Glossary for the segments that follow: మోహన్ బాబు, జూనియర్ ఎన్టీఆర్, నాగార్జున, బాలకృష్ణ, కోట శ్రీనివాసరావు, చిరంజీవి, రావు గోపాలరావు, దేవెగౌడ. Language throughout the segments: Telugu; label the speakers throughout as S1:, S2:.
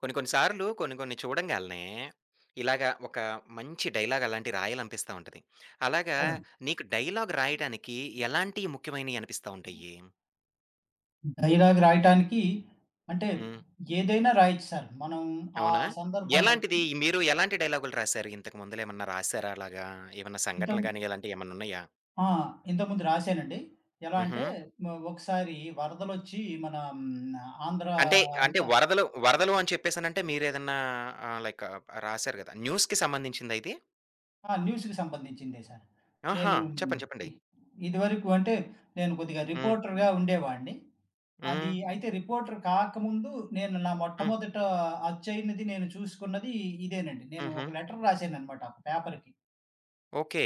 S1: కొన్ని కొన్ని సార్లు కొన్ని కొన్ని చూడంగాల్నే ఇలాగా ఒక మంచి డైలాగ్ అలాంటివి రాయాలనిపిస్తా ఉంటది. అలాగా
S2: అవునండి.
S1: నీకు డైలాగ్ రాయడానికి ఎలాంటియి ముఖ్యమైనయి అనిపిస్తా ఉంటాయి?
S2: డైలాగ్ రాయటానికి అంటే
S1: హ్మ్.
S2: ఏదైనా రాయొచ్చు సార్. మనం ఆ
S1: అవునా?
S2: సందర్భం
S1: ఎలాంటిది?
S2: బట్టి
S1: మీరు ఎలాంటి డైలాగులు రాసారు? ఇంతకు ముందులేమన్నా రాసారా అలాగా? ఏమన్నా సంఘటనలు
S2: ఇంతకు
S1: గాని ఇలాంటియేమన్నున్నాయా?
S2: ఆ! ఇంతకుముందు రాశానండి. ఎలా అంటే
S1: హుహు.
S2: ఒకసారి వరదలొచ్చి మన ఆంధ్ర
S1: అంటే, అంటే
S2: అంతా.
S1: వరదలు, వరదలు అని చెప్పేసనంటే మీరేదన్నా లైక్ రాసారు గదా! న్యూస్‌కి సంబంధించిందా ఇది?
S2: న్యూస్‌కి సంబంధించిందే సార్.
S1: ఆహా!
S2: నేను
S1: చెప్పండి.
S2: ఇ
S1: చెప్పండి.
S2: ఇదివరకు అంటే నేను కొద్దిగా
S1: హ్మ్.
S2: రిపోర్టర్‌గా ఉండేవాడిని. అది
S1: హ్మ్.
S2: అయితే రిపోర్టర్ కాకముందు నేను
S1: హ్మ్.
S2: మొట్టమొదట అచ్చయినది నేను చూసుకున్నది ఇదేనండి. నేను
S1: హుహు.
S2: ఒక లెటర్ రాశాననమాట ఒక పేపర్‌కి.
S1: ఓకే.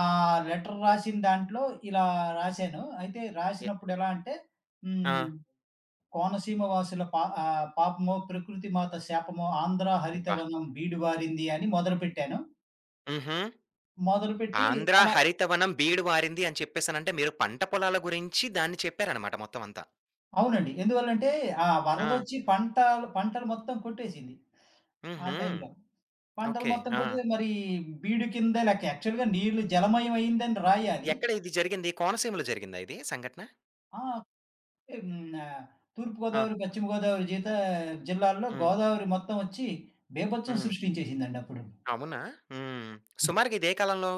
S2: ఆ లెటర్ రాసిన దాంట్లో ఇలా రాశాను. అయితే
S1: ఎ
S2: రాసినప్పుడు ఎలా అంటే
S1: ఆ!
S2: హ్మ్. కోనసీమ వాసుల పాపమో, ప్రకృతి మాత శాపమో, ఆంధ్ర
S1: అబ్బ!
S2: హరితవనం బీడువారింది అని మొదలుపెట్టాను.
S1: హుహు.
S2: మొదలుపెట్టి
S1: 'ఆంధ్ర
S2: అలా
S1: హరితవనం బీడు వారింది' అని చెప్పేసనంటే, మీరు పంట పొలాల గురించి దాన్ని చెప్పారనమాట మొత్తం అంతా.
S2: అవునండి. ఎందువల్లంటే ఆ
S1: ఆ!
S2: వరదొచ్చి పంటలు పంటలు మొత్తం కొట్టేసింది ఆ
S1: హుహు.
S2: టైంలో. పంటలు
S1: ఓకే.
S2: మొత్తం
S1: ఆ!
S2: కొడితే మరి బీడు కిందే లెక్క. యాక్చువల్‌గా నీళ్లు జలమయం అయిందని రాయాలి.
S1: ఎక్కడ ఇది జరిగింది? కోనసీమలో జరిగిందా ఇది సంఘటన?
S2: ఆ! హ్మ్. ఆహ్,
S1: ఆ!
S2: తూర్పుగోదావరి, పశ్చిమగోదావరి జిల్లాల్లో
S1: హ్మ్.
S2: గోదావరి మొత్తం ఒచ్చి బీభత్సం
S1: హ్మ్.
S2: సృష్టించేసిందండి అప్పుడు.
S1: అవునా? హ్మ్.
S2: హ్మ్.
S1: సుమారుగా ఇదే కాలంలో?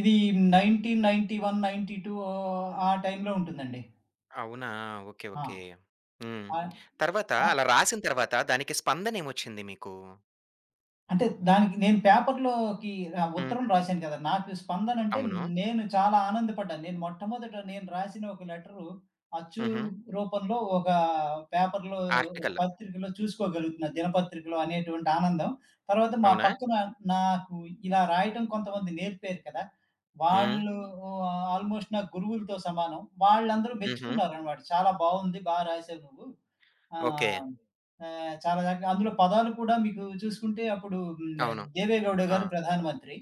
S2: ఇది 1991, 92 ఆ టైంలో ఉంటుందండి.
S1: అవునా? ఓకే. ఓకే.
S2: ఆ!
S1: హ్మ్.
S2: ఆహ్,
S1: తర్వాత
S2: ఆ
S1: అలా రాసిన తర్వాత దానికి స్పందనేమొచ్చింది మీకు?
S2: అంటే దానికి నేను పేపర్‌లోకి
S1: హ్మ్.
S2: ఉత్తరం రాశాను కదా! నాకు స్పందన అంటే
S1: అవును.
S2: నేను చాలా ఆనందపడ్డాను. నేను మొట్టమొదట నేను రాసిన ఒక లెటరు అచ్చు
S1: హుహు.
S2: రూపంలో ఒక పేపర్‌లో, ఒక
S1: ఆర్టికల్.
S2: పత్రికలో చూసుకోగలుగుతున్నా. దినపత్రికలో అనేటువంటి ఆనందం. తర్వాత మా
S1: అవునా?
S2: పక్కన నాకు ఇలా రాయటం కొంతమంది నేర్పారు కదా!
S1: హ్మ్.
S2: వాళ్ళు ఆల్‌మోస్ట్ నాకు గురువులతో సమానం. వాళ్ళందరూ
S1: హుహు.
S2: మెచ్చుకున్నారనమాట. "చాలా బావుంది. బా రాసావు నువ్వు." ఆ!
S1: ఓకే.
S2: చాలా దాకా అందులో పదాలు కూడా మీకు చూసుకుంటే అప్పుడు
S1: అవును.
S2: దేవెగౌడ
S1: ఆ!
S2: గారు ప్రధానమంత్రి.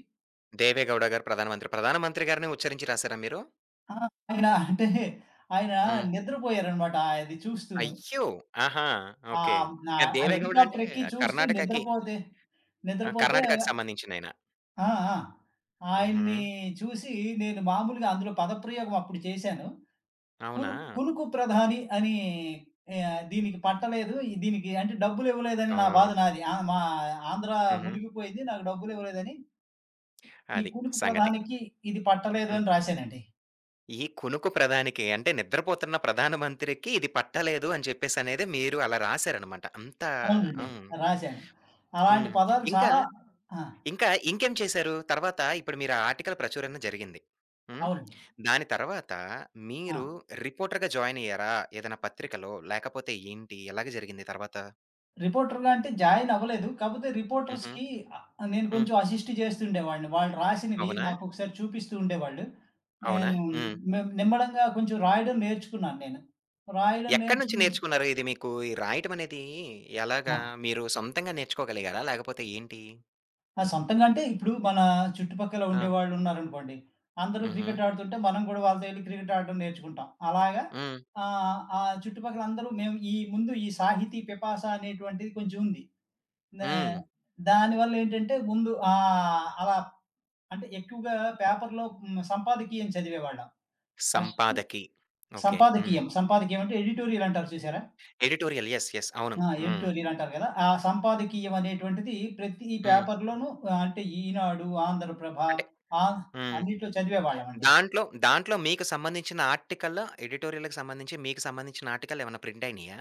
S1: 'దేవెగౌడ' గారు ప్రధానమంత్రి. ప్రధానమంత్రి గారినే ఉచ్చరించి రాసారా మీరు?
S2: ఆ! ఆయన అంటే ఆయన
S1: హ్మ్.
S2: నిద్రపోయారనమాట అది చూస్తూను.
S1: అయ్యో! ఆహా! ఓకే.
S2: ఆహ్, నా
S1: యాహ్!
S2: ఆ
S1: 'దేవెగౌడ' అంటే
S2: హెలికాప్టర్ ఎక్కి చూస్తూ
S1: కర్ణాటకకి
S2: నిద్రపోతే
S1: ఆ!
S2: నిద్రపోతే
S1: కర్ణాటకకి సంబంధించినాయన.
S2: ఆ! ఆ!
S1: హుహు.
S2: ఆయన్ని చూసి నేను మామూలుగా అందులో పదప్రయోగం అప్పుడు చేశాను. కును
S1: అవునా?
S2: కునుకు ప్రధాని అని దీనికి పట్టలేదు. దీనికి అంటే డబ్బులు ఇవ్వలేదని
S1: ఆ!
S2: నా బాధ నాది. మా ఆంధ్ర
S1: హుహు.
S2: మునిగిపోయింది. నాకు డబ్బులు ఇవ్వలేదని ఈ
S1: అది
S2: కూలిక
S1: సంగతి.
S2: ప్రధానికి ఇది పట్టలేదు
S1: హ్మ్.
S2: అని రాశానండి.
S1: ఈ కునుకు ప్రధానికి అంటే నిద్రపోతున్న ప్రధానమంత్రికి ఇది పట్టలేదు అని చెప్పేసనేది మీరు అలా రాసారనమాట. అంత
S2: అవునండి.
S1: హ్మ్.
S2: రాశాను. అలాంటి
S1: హ్మ్.
S2: పదాలు
S1: ఇంకా
S2: చాలా. ఆ!
S1: ఇంకా ఇంకేం చేశారు? తర్వాత ఇప్పుడు మీరు ఆ ఆర్టికల్ ప్రచురణ జరిగింది. హ్మ్.
S2: అవునండి.
S1: దాని తర్వాత మీరు
S2: ఆ!
S1: రిపోర్టర్‌గా జాయిన్ అయ్యారా? ఏదైనా పత్రికలో? లేకపోతే ఏంటి? ఎలాగ జరిగింది తర్వాత?
S2: రిపోర్టర్‌గా అంటే జాయిన్ అవ్వలేదు. కాకపోతే
S1: హుహు.
S2: రిపోర్టర్స్‌కి నేను
S1: హ్మ్.
S2: కొంచెం అసిస్ట్ చేస్తుండేవాడిని. వాళ్ళు రాసినవి
S1: అవునా?
S2: నాకొకసారి చూపిస్తూ ఉండేవాళ్ళు.
S1: అవునా?
S2: నేను
S1: హ్మ్.
S2: నే నిమ్మడంగా కొంచెం రాయడం నేర్చుకున్నాను నేను. రాయడం
S1: ఎక్కడి నుంచి
S2: నేర్చుకున్న.
S1: నేర్చుకున్నారు ఇది మీకు ఈ రాయటం అనేది
S2: ఆ!
S1: ఎలాగా? మీరు సొంతంగా నేర్చుకోగలిగారా? లేకపోతే ఏంటి?
S2: ఆ! సొంతంగా అంటే ఇప్పుడు మన చుట్టుపక్కల
S1: ఆ!
S2: ఉండేవాళ్ళు ఉన్నారనుకోండి. అందరూ
S1: హుహు.
S2: క్రికెట్ ఆడుతుంటే మనం గూడా వాళ్ళతో ఎళ్లి క్రికెట్ ఆడడం నేర్చుకుంటాం. అలాగా
S1: హ్మ్.
S2: ఆ చుట్టుపక్కల అందరూ మేము ఈ ముందు ఈ సాహితీ పిపాస అనేటువంటిది కొంచెం ఉంది. నే
S1: హ్మ్.
S2: దానివల్ల ఏంటంటే ముందు అలా అంటే ఎక్కువగా పేపర్‌లో సంపాదకీయం చదివేవాళ్ళం. ఫస్ట్
S1: సంపాదకి. ఓకే. హ్మ్.
S2: సంపాదకీయం. సంపాదకీయం అంటే ఎడిటోరియల్ అంటారు చూసారా?
S1: ఎడిటోరియల్. యెస్. యెస్. అవును. హ్మ్.
S2: ఎడిటోరియల్ అంటారు గదా! ఆ సంపాదకీయం అనేటువంటిది ప్రతి ఈ
S1: హ్మ్.
S2: పేపర్‌లోనూ అంటే ఈనాడు, ఆంధ్రప్రభ,
S1: అంటే
S2: ఆహ్,
S1: హ్మ్.
S2: అన్నిట్లో చదివేవాళ్ళమండి.
S1: దాంట్లో మీకు సంబంధించిన ఆర్టికల్ ఎడిటోరియల్‌కి సంబంధించి మీకు సంబంధించిన ఆర్టికల్ ఏమన్నా ప్రింట్ అయినాయా?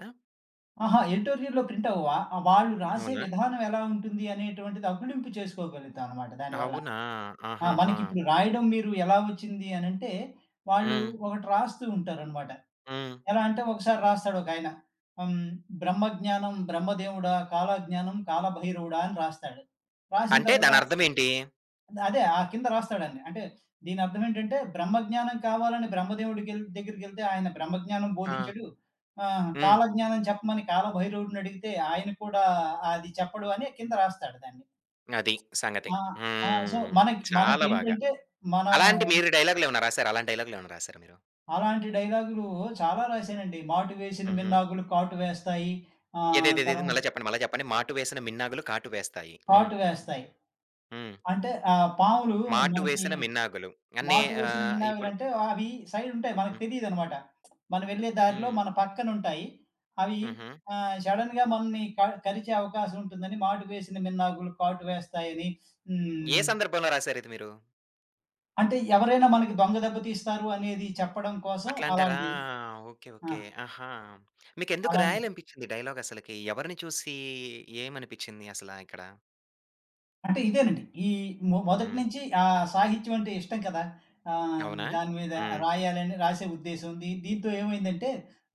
S2: ఆహా! ఎడిటోరియల్‌లో ప్రింట్ అవ్వవా? వాళ్ళు రాసే
S1: అవునా?
S2: విధానం ఎలా ఉంటుంది అనేటువంటిది అకులింపు చేసుకోగలుగుతాం అన్నమాట దానివల్ల.
S1: అవునా? ఆహాహా!
S2: మనకిప్పుడు రాయడం మీరు ఎలా వచ్చింది అనంటే, వాళ్ళు
S1: హ్మ్.
S2: ఒకటి రాస్తూ ఉంటారన్నమాట.
S1: హ్మ్.
S2: ఎలా అంటే ఒకసారి రాస్తాడు ఒకాయన. హ్మ్. బ్రహ్మజ్ఞానం బ్రహ్మదేవుడా, కాలజ్ఞానం కాలభైరవుడా అని రాస్తాడు. రాసిన
S1: అంటే
S2: తర్వాత
S1: దానర్థం ఏంటి?
S2: అదే. ఆ కింద రాస్తాడండి. అంటే దీని అర్థం ఏంటంటే బ్రహ్మజ్ఞానం కావాలని దగ్గరికెళ్తే ఆయన బ్రహ్మజ్ఞానం
S1: ఆ!
S2: బోధించడు.
S1: హ్మ్.
S2: కాలజ్ఞానం చెప్పమని కాలభైరవుడినడిగితే ఆయన కూడా అది చెప్పడు అని కింద రాస్తాడు దాన్ని.
S1: అది సంగతి.
S2: ఆ! ఆ! సో,
S1: హ్మ్. చాలా బాగా.
S2: మనకేంటంటే మనం
S1: అలాంటి మీరు డైలాగులేమన్నా రాసారా? అలాంటి డైలాగులేమన్నా రాసారా మీరు?
S2: అలాంటి డైలాగులు చాలా రాశానండి. మాటు వేసిన
S1: హుహు.
S2: మిన్నాగులు కాటు వేస్తాయి. ఆహ్,
S1: ఏదేదేదేది
S2: తర్వా
S1: మళ్ళా చెప్పండి. మళ్ళా చెప్పండి. మాటు వేసిన మిన్నాగులు కాటు వేస్తాయి. హ్మ్.
S2: కాటు వేస్తాయి.
S1: హ్మ్.
S2: అంటే పాములు
S1: మాటు
S2: మనకి
S1: వేసిన మిన్నాగులు అనే
S2: మాటు వేసిన
S1: ఇప్పుడు
S2: మినాగులంటే అవి సైడుంటాయి. మనకు
S1: హ్మ్.
S2: తెలీదనమాట. మనం వెళ్ళే దారిలో
S1: హ్మ్.
S2: మన పక్కనుంటాయి. అవి
S1: హుహు.
S2: సడెన్‌గా మనల్ని కరిచే అవకాశం ఉంటుందని మాటు వేసిన మిన్నాగులు కాటు వేస్తాయని.
S1: ఏ
S2: హ్మ్.
S1: సందర్భంలో రాసారిది మీరు?
S2: అంటే ఎవరైనా మనకి దొంగ దెబ్బ తీస్తారు అనేది చెప్పడం కోసం
S1: అట్లా అంటారా?
S2: అలాంటిది.
S1: ఓకే.
S2: ఆ!
S1: ఓకే. ఆహా! మీకెందుకు
S2: అలాంటి
S1: రాయల్ అనిపించింది డైలాగ్ అసలకి? ఎవరిని చూసి ఏమనిపించింది అసలా ఇక్కడ?
S2: అంటే ఇదేనండి. ఈ మొ మొదటి
S1: హ్మ్.
S2: నుంచి సాహిత్యం అంటే ఇష్టం కదా! ఆహ్,
S1: అవునా?
S2: దాని మీద
S1: హ్మ్.
S2: రాయాలని రాసే ఉద్దేశం ఉంది. దీంతో ఏమైందంటే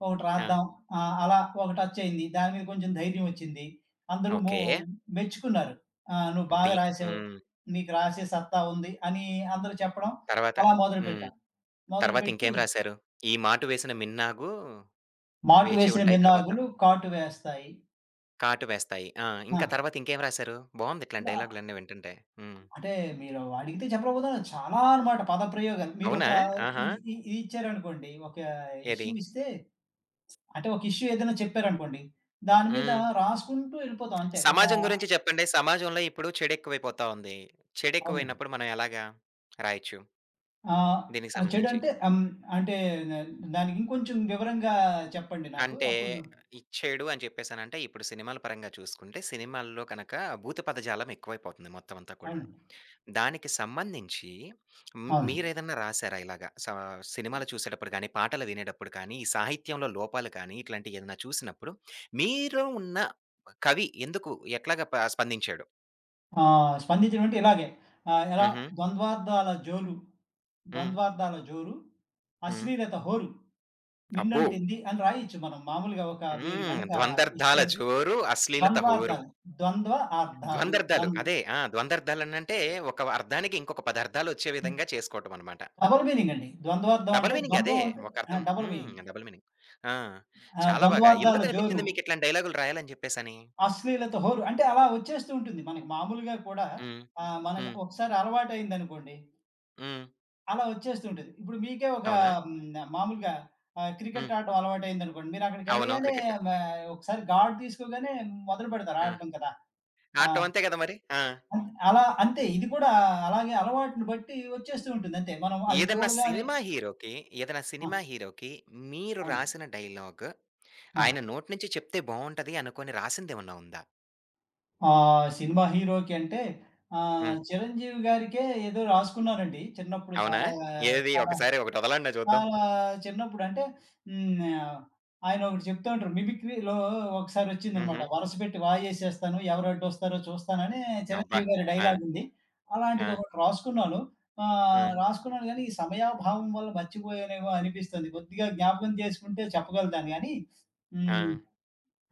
S2: ఒకటి
S1: ఆ!
S2: రాద్దాం. అలా ఒక టచ్ అయింది. దాని మీద కొంచెం ధైర్యం వచ్చింది. అందరూ
S1: ఓకే.
S2: మెచ్చుకున్నారు. "నువ్వు బాగా
S1: ది
S2: రాసావు.
S1: హ్మ్.
S2: నీకు రాసే సత్తా ఉంది" అని అందరూ చెప్పడం,
S1: తర్వాత
S2: అలా
S1: హ్మ్.
S2: మొదలుపెట్టాం.
S1: తర్వాత
S2: మొదలుపెట్టి
S1: ఇంకేం రాశారు? "ఈ మాటు వేసిన మిన్నాగు
S2: "మాటు
S1: వేచి
S2: వేసిన
S1: ఉంటాయి తర్వాత
S2: మిన్నాగులు కాటు వేస్తాయి."
S1: కాటు వేస్తాయి." ఆ!
S2: ఆ!
S1: ఇంకా తర్వాత ఇంకేం రాశారు? బావుంది ఇట్లాంటి
S2: ఇలా
S1: డైలాగులన్నీ వింటుంటే. హ్మ్.
S2: అంటే మీరు అడిగితే చెప్పలేకపోతున్నాను. చాలా అన్నమాట పదప్రయోగాలు. మీరొక
S1: అవునా?
S2: ఇ
S1: ఆహా!
S2: ఇ ఇది ఇచ్చారనుకోండి. ఒక
S1: ఏది?
S2: ఇష్యూ ఇస్తే అంటే ఒక ఇష్యూ ఏదైనా చెప్పారనుకోండి. దాని మీద
S1: హ్మ్.
S2: రాసుకుంటూ వెళ్ళిపోతాం అంతే.
S1: సమాజం గురించి చెప్పండి. సమాజంలో ఇప్పుడు చెడెక్కువైపోతా ఉంది.
S2: అవునండి.
S1: చెడెక్కువైనప్పుడు మనం ఎలాగా రాయొచ్చు
S2: ఆహ్,
S1: దీనికి
S2: ఆ చెడు
S1: సంబంధించి?
S2: అంటే అంటే ద దానికి ఇంకొంచెం వివరంగా చెప్పండి నాకు.
S1: అంటే
S2: అప్పుడు
S1: ఈ చెడు అని చెప్పేసనంటే ఇప్పుడు సినిమాల పరంగా చూసుకుంటే సినిమాల్లో కనుక భూత పదజాలం ఎక్కువైపోతుంది మొత్తం అంతా కూడాను.
S2: అవునండి.
S1: దానికి సంబంధించి హ్మ్,
S2: అవును.
S1: మీరేదన్నా రాసారా ఇలాగా? సినిమాలు చూసేటప్పుడు గానీ, పాటలు వినేటప్పుడు కానీ, ఈ సాహిత్యంలో లోపాలు కానీ ఇట్లాంటియేదన్నా చూసినప్పుడు మీలో ఉన్న కవి ఎందుకు ఎట్లాగా స్పందించాడు?
S2: స్పందించడం అంటే ఇలాగే. ఆహ్, ఎలా
S1: హుహు.
S2: ద్వంద్వార్థాల జోలు,
S1: హ్మ్.
S2: ద్వంద్వార్థాల జోరు,
S1: హ్మ్.
S2: అశ్లీలత హోరు,
S1: అబ్బో!
S2: మిన్నంటింది అని రాయొచ్చు మనం. మామూలుగా ఒక మీరు
S1: హ్మ్.
S2: గనక
S1: ద్వందర్థాల
S2: ఇస్తే
S1: జోరు అశ్లీలత హోరు.
S2: ద్వంద్వార్థాలు. ద్వంద్వ అర్థాలు.
S1: ద్వందర్థాలు.
S2: ద్వం
S1: అదే. ఆ! ద్వందర్థాలనంటే ఒక అర్థానికి ఇంకొక 10 అర్థాలొచ్చే విధంగా చేసుకోవటమనమాట.
S2: డబుల్ మీనింగ్ అండి. ద్వంద్వార్థం
S1: డబుల్
S2: అంటే
S1: మీనింగ్ అదే.
S2: ద్వంద్వం అంటే
S1: ఒక అర్థం.
S2: Double meaning.
S1: Hmm. Double meaning. ఆ! చాలా బాగా.
S2: ద్వంద్వార్థాల జోరు,
S1: ఎందుకనిపించింది మీకిట్లాంటి డైలాగులు రాయాలని జెప్పేసని?
S2: అశ్లీలత హోరు అంటే అలా వచ్చేస్తూ ఉంటుంది. మనకి మామూలుగా కూడా
S1: హ్మ్. హ్మ్.
S2: మనకు ఒకసారి అలవాటయిందనుకోండి,
S1: హ్మ్.
S2: అలా వచ్చేస్తూ ఉంటది. ఇప్పుడు మీకే ఒక
S1: అవునా?
S2: హ్మ్, మామూలుగా క్రికెట్
S1: హ్మ్.
S2: ఆడడం అలవాటయిందనుకోండి,
S1: అవును.
S2: మీరక్కడికెళ్ళగానే
S1: క్రికెట్.
S2: మ ఒకసారి గాడ్ తీసుకోగానే మొదలు పెడతారు
S1: ఆ!
S2: ఆడటం కదా! ఆ!
S1: ఆడటం అంతే గదా! మరి. ఆ!
S2: అన్ అలా అంతే. ఇది కూడా అలాగే అలవాటుని బట్టి వచ్చేస్తూ ఉంటుంది అంతే. మనం అది
S1: ఏదన్నా
S2: చూడగానే
S1: సినిమా హీరోకి, ఏదైనా
S2: ఆ!
S1: సినిమా హీరోకి మీరు
S2: అవును.
S1: రాసిన డైలాగ్
S2: ఆ!
S1: ఆయన నోటి నుంచి చెప్తే బావుంటది అనుకోని రాసిందేమన్నా ఉందా?
S2: సినిమా హీరోకి అంటే
S1: హ్మ్.
S2: 'చిరంజీవి' గారికే ఏదో రాసుకున్నానండి. చిన్నప్పుడు
S1: అవునా?
S2: చాలా
S1: ఏది
S2: చాలా
S1: ఒకసారి ఒకటి వదలండి చూద్దాం.
S2: చాలా చిన్నప్పుడు అంటే హ్మ్. ఆహ్, ఆయన ఒకటి చెప్తూ ఉంటారు. మిమిక్రీలో ఒకసారొచ్చిందనమాట.
S1: హుహు.
S2: వరస పెట్టి వాయేసేస్తాను. ఎవరు అడ్డొస్తారో చూస్తానని
S1: అబ్బా!
S2: చిరంజీవి గారి
S1: ఆ!
S2: డైలాగుంది.
S1: ఆ!
S2: అలాంటిది ఒకటి రాసుకున్నాను.
S1: హ్మ్.
S2: రాసుకున్నాను గానీ, ఈ సమయాభావం వల్ల మర్చిపోయానేమో అనిపిస్తుంది. కొద్దిగా జ్ఞాపకం చేసుకుంటే చెప్పగలుగుతాను గానీ,
S1: ఆ!
S2: హ్మ్.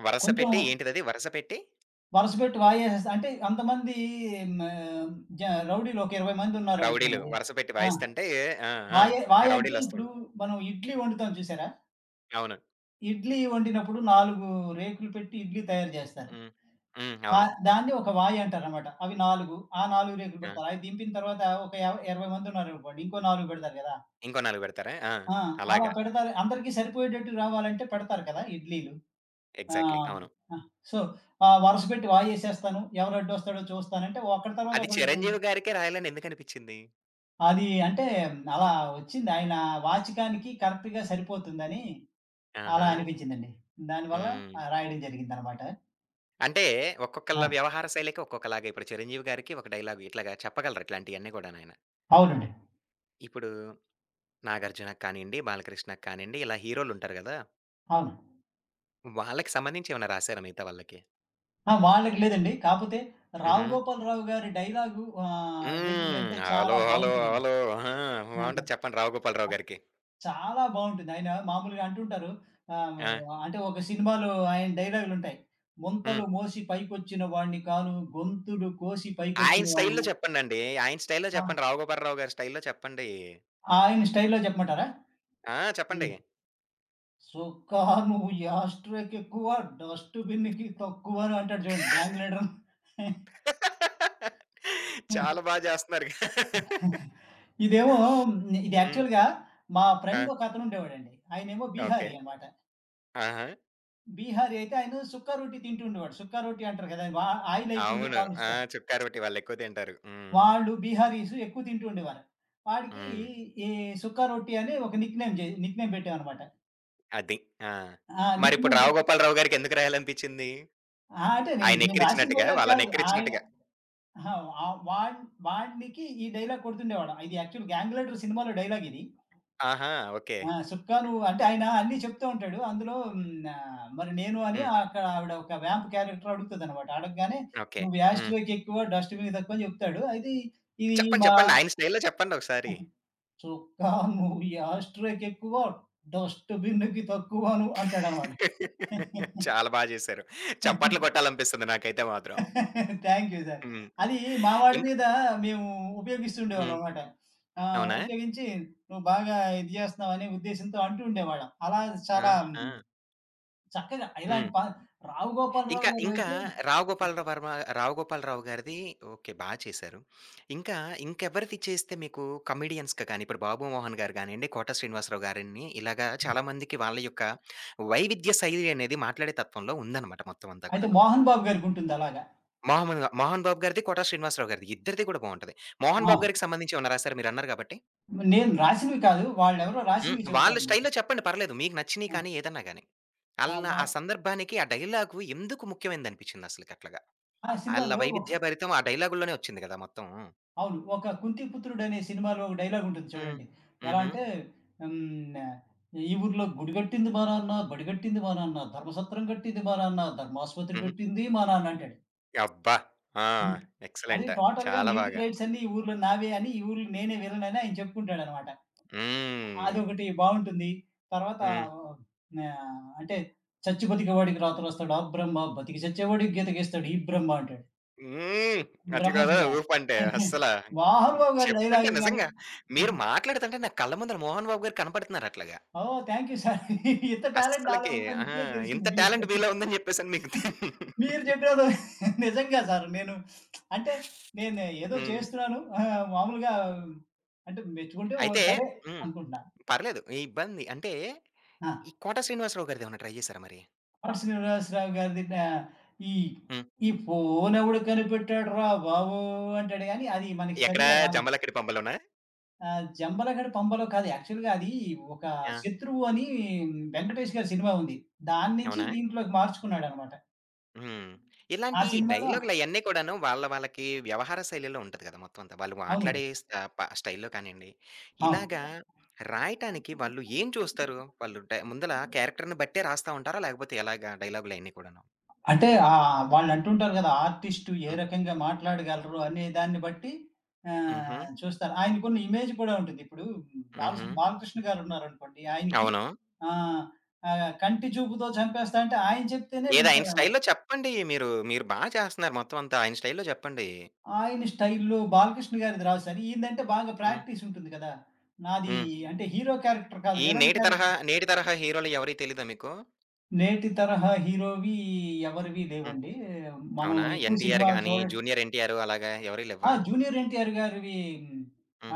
S1: వరస
S2: కొంచెం
S1: పెట్టి ఏంటిదది? వరస పెట్టి
S2: వరస పెట్టి వాయేసేస్తా అంటే అంతమంది మ జ రౌడీలు ఒక 20
S1: రౌడీలు.
S2: మందున్నారనుకోండి.
S1: వరస పెట్టి
S2: ఆ!
S1: వాయిస్తంటే ఆ! ఆ!
S2: వాయే వాయంటే ఇప్పుడు
S1: రౌడీలొస్తుంది.
S2: మనం ఇడ్లీ వండుతాం చూసారా?
S1: అవును.
S2: ఇడ్లీ వండినప్పుడు 4 రేకులు పెట్టి ఇడ్లీ తయారు జేస్తారు.
S1: హ్మ్. హ్మ్. అవును.
S2: దాన్ని ఒక వాయి అంటారనమాట. అవి 4 రేకులు
S1: ఆ!
S2: పెడతారు. అవి దింపిన తర్వాత ఒక 20 మందున్నారనుకోండి. ఇంకో 4 పెడతారు గదా!
S1: ఇంకో 4 పెడతారా? ఆ!
S2: ఆ! అలా
S1: అలాగా.
S2: పెడతారు. అందరికీ సరిపోయేటట్టు రావాలంటే పెడతారు కదా! ఇడ్లీలు. ఆ!
S1: ఎగ్జాక్ట్‌లీ. అవును.
S2: ఆ! సో, వరుస పెట్టి వాయేసేస్తాను. ఎవరు అడ్డొస్తాడో చూస్తానంటే ఒకడి తర్వాత
S1: అది
S2: ఒకడికి.
S1: 'చిరంజీవి' గారికే రాయాలని ఎందుకనిపిచ్చింది?
S2: అంటే అలా వచ్చింది. ఆయన వాచకానికి కరెక్ట్‌గా సరిపోతుందని అలా
S1: ఆహా!
S2: అనిపించిందండి. దానివల్ల
S1: హ్మ్.
S2: రాయడం జరిగిందనమాట.
S1: అంటే ఒక్కొక్కళ్ళ
S2: ఆ!
S1: వ్యవహార శైలికి ఒక్కొక్కలాగా ఇప్పుడు 'చిరంజీవి' గారికి ఒక డైలాగ్ ఇట్లాగా చెప్పగలరు ఇట్లాంటియన్నీ గూడానాయన.
S2: అవునండి.
S1: ఇప్పుడు నాగార్జునకి కానియండి, బాలకృష్ణకి కానియండి, ఇలా హీరోలుంటారు గదా!
S2: అవును.
S1: వాళ్ళకి సంబంధించి ఏమన్నా రాసారా మిగతా వాళ్ళకి?
S2: వాళ్ళకి లేదండి. కాపోతే 'రావు
S1: హుహు.
S2: గోపాలరావు' గారి డైలాగు డెలివరీ
S1: హ్మ్.
S2: అంటే
S1: హలో,
S2: చాలా
S1: హలో,
S2: బావుంటుందండి.
S1: హలో. ఆ!
S2: ఆహా!
S1: బావుంటది చెప్పండి 'రావు గోపాలరావు' గారికి.
S2: చాలా బావుంటుంది. ఆయన మామూలుగా అంటుంటారు. ఆహ్,
S1: ఆ!
S2: అంటే ఒక సినిమాలో ఆయన డైలాగులుంటాయి. 'ముంతలు
S1: హ్మ్.
S2: మోసి పైకొచ్చిన వాడిని కాను, గొంతులు కోసి పైకొచ్చిన
S1: ఆయన స్టైల్‌లో
S2: వాడిని.'
S1: చెప్పండండి. ఆయన స్టైల్‌లో చెప్పండి.
S2: ఆ!
S1: 'రావు గోపాలరావు' గారి స్టైల్‌లో చెప్పండి.
S2: ఆయన స్టైల్‌లో చెప్పమంటారా?
S1: ఆ! చెప్పండి.
S2: హ్మ్. 'సొక్కా, నువ్వు యాస్ట్రోకెక్కువ, డస్ట్‌బిన్‌కి తక్కువ' అని అంటాడు చూడండి గ్యాంగ్ లీడర్.
S1: చాలా బా జేస్తున్నారుగా.
S2: ఇదేమో ఇది
S1: హ్మ్.
S2: యాక్చువల్‌గా మా ఫ్రెండ్
S1: ఆ!
S2: ఒకతను ఉండేవాడండి. ఆయనేమో
S1: ఓకే.
S2: బిహారీ అన్నమాట.
S1: ఆహా!
S2: బిహారీ అయితే ఆయన సుక్క రొట్టి తింటూ ఉండేవాడు. సుక్క రొట్టి అంటారు కదా! ఆయిల్ ఏయకుండా
S1: అవును. ఆ!
S2: కాలుస్తారు.
S1: చుక్కారొట్టి వాళ్ళెక్కువ తింటారు. హ్మ్.
S2: వాళ్ళు బిహారీస్ ఎక్కువ తింటూ ఉండేవారు. వాడికి
S1: హ్మ్.
S2: ఈ సుక్క రొట్టి అని ఒక నిక్‌నేమ్ పెట్టామన్నమాట.
S1: అది. ఆ!
S2: నిక్‌నేమ్
S1: మరిప్పుడు 'రావు
S2: పెట్టి.
S1: గోపాలరావు' గారికి ఎందుకు రాయాలనిపించింది?
S2: అంటే నేను
S1: ఆయన
S2: నేను రాసిన
S1: ఎక్కిరించినట్టుగా?
S2: డైలాగ్
S1: వాళ్ళని
S2: కాదు. ఆయన
S1: ఎక్కిరించినట్టుగా.
S2: అహా! ఆహ్, వాడ్ వాడినికి ఈ డైలాగ్ కొడుతుండేవాడు. ఇది యాక్చువల్ 'గ్యాంగ్ లీడర్' సినిమాలో డైలాగ్ ఇది.
S1: ఆహా! ఓకే.
S2: 'సుక్కాను' అంటే ఆయన అన్నీ చెప్తూ ఉంటాడు. అందులో మరి నేను అని
S1: హ్మ్.
S2: అక్కడ ఆవిడ ఒక వ్యాంప్ క్యారెక్టర్ అడుగుతదనమాట. అడగగానే
S1: ఓకే.
S2: "నువ్వు
S1: హ్మ్.
S2: యాస్ట్రోకి ఎక్కువ, డస్ట్‌బిన్‌కి తక్కువ" అని చెప్తాడు. అది ఇది
S1: చెప్పండి.
S2: మా
S1: చెప్పండి. ఆయన స్టైల్‌లో చెప్పండి ఒకసారి.
S2: "సుక్కా, నువ్వు యాస్ట్రోకి ఎక్కువ, డస్ట్‌బిన్‌కి తక్కువను" అంటాడనమాట.
S1: చాలా బా చేశారు. చప్పట్లు కొట్టాలనిపిస్తుంది నాకైతే మాత్రం.
S2: Thank you sir.
S1: హ్మ్.
S2: అది మా వాడి
S1: ఇంక్
S2: మీద మేము ఉపయోగిస్తుండేవాళ్ళం
S1: హ్మ్.
S2: అనమాట.
S1: అవునా?
S2: ఉపయోగించి, "నువ్వు బాగా ఇది జేస్తున్నావు" అనే ఉద్దేశంతో అంటూ ఉండేవాళ్ళం. అలా చాలా
S1: ఆహా!
S2: చక్కగా
S1: హ్మ్.
S2: ఇలాంటి పా 'రావు
S1: ఇంకా,
S2: గోపాలరావు' గారైతే
S1: ఇంకా
S2: అయితే
S1: 'రావు గోపాలరావు వర్మ' 'రావు గోపాలరావు' గారిది ఓకే. బా చేశారు. ఇంకా ఇంకెవరిది చేస్తే మీకు కమెడియన్స్‌గా గాని, ఇప్పుడు 'బాబు మోహన్' గారు గానియండి, 'కోట శ్రీనివాసరావు' గారిని ఇలాగా చాలామందికి వాళ్ళ యొక్క వైవిధ్య శైలి అనేది మాట్లాడే తత్వంలో ఉందన్నమాట మొత్తం అంతా
S2: అయితే
S1: కూడాను.
S2: 'మోహన్ బాబు' గారికుంటుంది అలాగా.
S1: 'మోహన్ బాబు' గారిది, 'కోట శ్రీనివాసరావు' గారిది ఇద్దరిది కూడా బావుంటది. 'మోహన్
S2: ఆ!
S1: బాబు' గారికి సంబంధించి ఏమన్నా రాసారా మీరన్నారు కాబట్టి?
S2: నేను రాసినవి కాదు. వాళ్ళెవరో
S1: హ్మ్.
S2: రాసినవి
S1: వాళ్ళ
S2: చెబుతాను మీకు.
S1: స్టైల్‌లో చెప్పండి పర్లేదు. మీకు నచ్చినియి
S2: ఆ!
S1: కానీ ఏదన్నా గాని.
S2: ఆ!
S1: ఆళ్ళ
S2: బా
S1: ఆ సందర్భానికి, ఆ డైలాగు ఎందుకు ముఖ్యమైనదనిపించిందసలకట్లాగా?
S2: ఆ
S1: ఆళ్ళ
S2: సినిమాలో ఒకస
S1: వైవిధ్యభరితం ఆ డైలాగుల్లోనే వచ్చింది గదా! మొత్తం.
S2: అవును. ఒక 'కుంతిపుత్రుడనే' సినిమాలో ఒక డైలాగుంటుంది
S1: హ్మ్.
S2: చూడండి. ఎలా
S1: హుహు.
S2: అంటే హ్మ్. "ఈ ఊర్లో గుడి కట్టింది మా నాన్న, బడి కట్టింది మా నాన్న, ధర్మసత్రం కట్టింది మా నాన్న, ధర్మాసుపత్రి
S1: హ్మ్.
S2: పెట్టింది మా నాన్న" అంటాడు.
S1: అబ్బా! ఆ!
S2: అది
S1: ఎక్సలెంట్.
S2: టోటల్‌గా
S1: చాలా
S2: నేటివ్
S1: బాగా.
S2: రైట్స్ అన్నీ ఈ ఊర్లో నావే అని, ఈ ఊర్లో నేనే విలనని ఆయన చెప్పుకుంటాడనమాట.
S1: హ్మ్.
S2: అదొకటి బావుంటుంది. తర్వాత
S1: హ్మ్.
S2: ఆహ్, అంటే చచ్చి బతికేవాడికి రాతలోస్తాడు ఆ బ్రహ్మ, బతికి చచ్చేవాడికి గీత గీస్తాడు ఈ బ్రహ్మ అంటాడు.
S1: హ్మ్. అది కదా!
S2: బ్రహ్మశిల.
S1: ఊపు అంటే అస్సల.
S2: మోహన్‌బాబు గారి
S1: చెప్తుంటే
S2: డైలాగులు గాని.
S1: నిజంగా మీరు మాట్లాడుతుంటే నా కళ్ళ ముందర 'మోహన్ బాబు' గారు కనపడుతున్నారు అట్లాగా.
S2: ఓహ్! Thank you sir. ఇంత టాలెంట్ నాలో
S1: అస్సలకి
S2: ఉందని
S1: ఆ!
S2: ఇప్పుడే తెలిసింది.
S1: ఇంత టాలెంట్ మీలో ఉందని జెప్పేసని మీకు
S2: మీరు చెప్పినప్పుడు నిజంగా సార్ నేను అంటే నేను ఏదో
S1: హ్మ్.
S2: చేస్తున్నాను. మామూలుగా అంటే మెచ్చుకుంటే ఓ
S1: అయితే
S2: సరే
S1: హ్మ్.
S2: అనుకుంటున్నా.
S1: పర్లేదు. ఇబ్బంది అంటే
S2: ఆ!
S1: ఈ 'కోట శ్రీనివాసరావు' గారిదేమన్నా ట్రై జేసారా మరి?
S2: 'పట్టు శ్రీనివాసరావు' గారిది ఈ
S1: హ్మ్.
S2: ఈ ఫోనెవడు కనిపెట్టాడురా బాబు! అంటాడు గానీ, అది మనకి
S1: ఎక్కడ
S2: సరిగ్గా రాలే.
S1: 'జంబలక్కడి పంబలోనా'?
S2: 'జంబలగడ పంబలో' కాదు. యాక్చువల్‌గా అది ఒక
S1: ఆ!
S2: 'శత్రువు' అని వెంకటేష్ గారి సినిమా ఉంది. దాని నుంచి
S1: అవునా?
S2: దీంట్లోకి మార్చుకున్నాడనమాట.
S1: హ్మ్.
S2: ఆ
S1: ఇలాంటి
S2: సినిమాలో.
S1: డైలాగులయన్నీ కూడాను వాళ్ళ వాళ్ళకి వ్యవహార శైలిలో ఉంటది కదా! మొత్తం అంతా. వాళ్ళు
S2: అవును.
S1: మాట్లాడే స్ స్టైల్‌లో కానియండి, ఇలాగా
S2: అవును.
S1: రాయటానికి వాళ్ళు ఏం చూస్తారు? వాళ్ళు ముందల క్యారెక్టర్‌ని బట్టే రాస్తా ఉంటారా? లేకపోతే ఎలాగా డైలాగులయన్నీ కూడాను?
S2: అంటే వాళ్ళు అంటుంటారు గదా! ఆర్టిస్టు ఏ
S1: హ్మ్.
S2: రకంగా మాట్లాడగలరు అనే దాన్ని బట్టి
S1: హుహు.
S2: చూస్తారు. ఆయనకున్న ఇమేజ్ కూడా ఉంటుంది. ఇప్పుడు బాల
S1: హుహు.
S2: బాలకృష్ణ గారు ఉన్నారనుకోండి. ఆయనకి
S1: అవును.
S2: ఆహ్, ఆహ్, కంటి చూపుతో చంపేస్తా అంటే ఆయన చెప్తేనే
S1: ఏది ఆయన
S2: వింటారనమాట.
S1: స్టైల్‌లో చెప్పండి. మీరు బా చేస్తున్నారు మొత్తం అంతా. ఆయన స్టైల్‌లో చెప్పండి.
S2: ఆయన స్టైల్‌లో బాలకృష్ణ గారిది రాదు సార్. ఈయనదంటే బాగా
S1: హ్మ్.
S2: ప్రాక్టీస్ ఉంటుంది కదా! నాది
S1: హ్మ్.
S2: అంటే హీరో క్యారెక్టర్ కాదు.
S1: ఈ
S2: విలన్ క్యారెక్టర్.
S1: నేటి తరహా హీరోలు ఎవరియి తెలీదా మీకు?
S2: నేటి తరహా హీరోవి ఎవరివి
S1: హ్మ్.
S2: లేవండి. మనం
S1: అవునా?
S2: ఎక్కువ
S1: 'ఎన్టీఆర్'
S2: సినిమాలు
S1: గాని,
S2: చూడ.
S1: 'జూనియర్ ఎన్టీఆర్' అలాగా ఎవరియి లెవ్వా?
S2: 'జూనియర్ ఎన్టీఆర్' గారివి హ్మ్.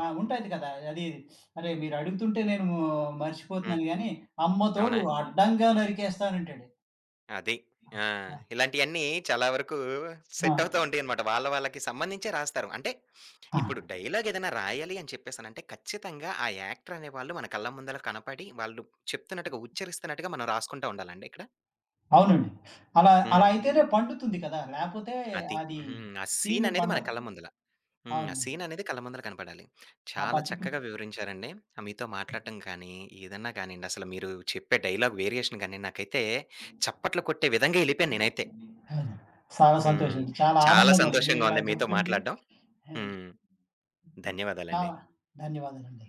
S2: ఉంటాది కదా! అది. అరే! మీరు అడుగుతుంటే నేను
S1: హ్మ్.
S2: మర్చిపోతున్నాను గానీ, అమ్మ తోడు
S1: అవునా?
S2: అడ్డంగా నరికేస్తానంటాడు.
S1: అది. ఆ!
S2: ఆ!
S1: ఇలాంటియన్నీ చాలా వరకు సెట్ అవుతా ఉంటాయన్నమాట. వాళ్ళ వాళ్ళకి సంబంధించే రాస్తారు. అంటే
S2: ఆ!
S1: ఇప్పుడు డైలాగ్ ఏదైనా రాయాలి అని చెప్పేసనంటే ఖచ్చితంగా ఆ యాక్టర్ అనేవాళ్ళు మన కళ్ళ ముందల కనపడి వాళ్ళు చెప్తున్నట్టుగా, ఉచ్చరిస్తున్నట్టుగా మనం రాసుకుంటా ఉండాలండి ఇక్కడ?
S2: అవునండి. అలా అలా
S1: హ్మ్.
S2: అయితేనే పండుతుంది కదా! లేపోతే
S1: అది.
S2: అది
S1: హ్మ్. ఆ సీన్
S2: సీను
S1: అనేది మన
S2: పండదు.
S1: కళ్ళ ముందల. హ్మ్. ఆ
S2: అవును.
S1: సీన్ అనేది కళ్ళ ముందల కనపడాలి.
S2: ఆ
S1: చాలా
S2: పర్టిక్యు
S1: చక్కగా వివరించారండి. ఆహ్, మీతో మాట్లాడటం కానీ, ఏదన్నా కానియండి, అసలు మీరు చెప్పే డైలాగ్ వేరియేషన్ గాని, నాకైతే చప్పట్లు కొట్టే విధంగా ఎళ్ళిపోయాను నేనైతే.
S2: అవును. చాలా సంతోషం
S1: హ్మ్.
S2: అండి. చాలా
S1: చాలా
S2: ఆనందంగా ఉంది
S1: సంతోషంగా
S2: మీరిలా
S1: ఉంది మీతో
S2: చెప్తుంటే.
S1: మాట్లాడడం.
S2: ఆ!
S1: హ్మ్. ధన్యవాదాలండి.
S2: చాలా ధన్యవాదాలండి.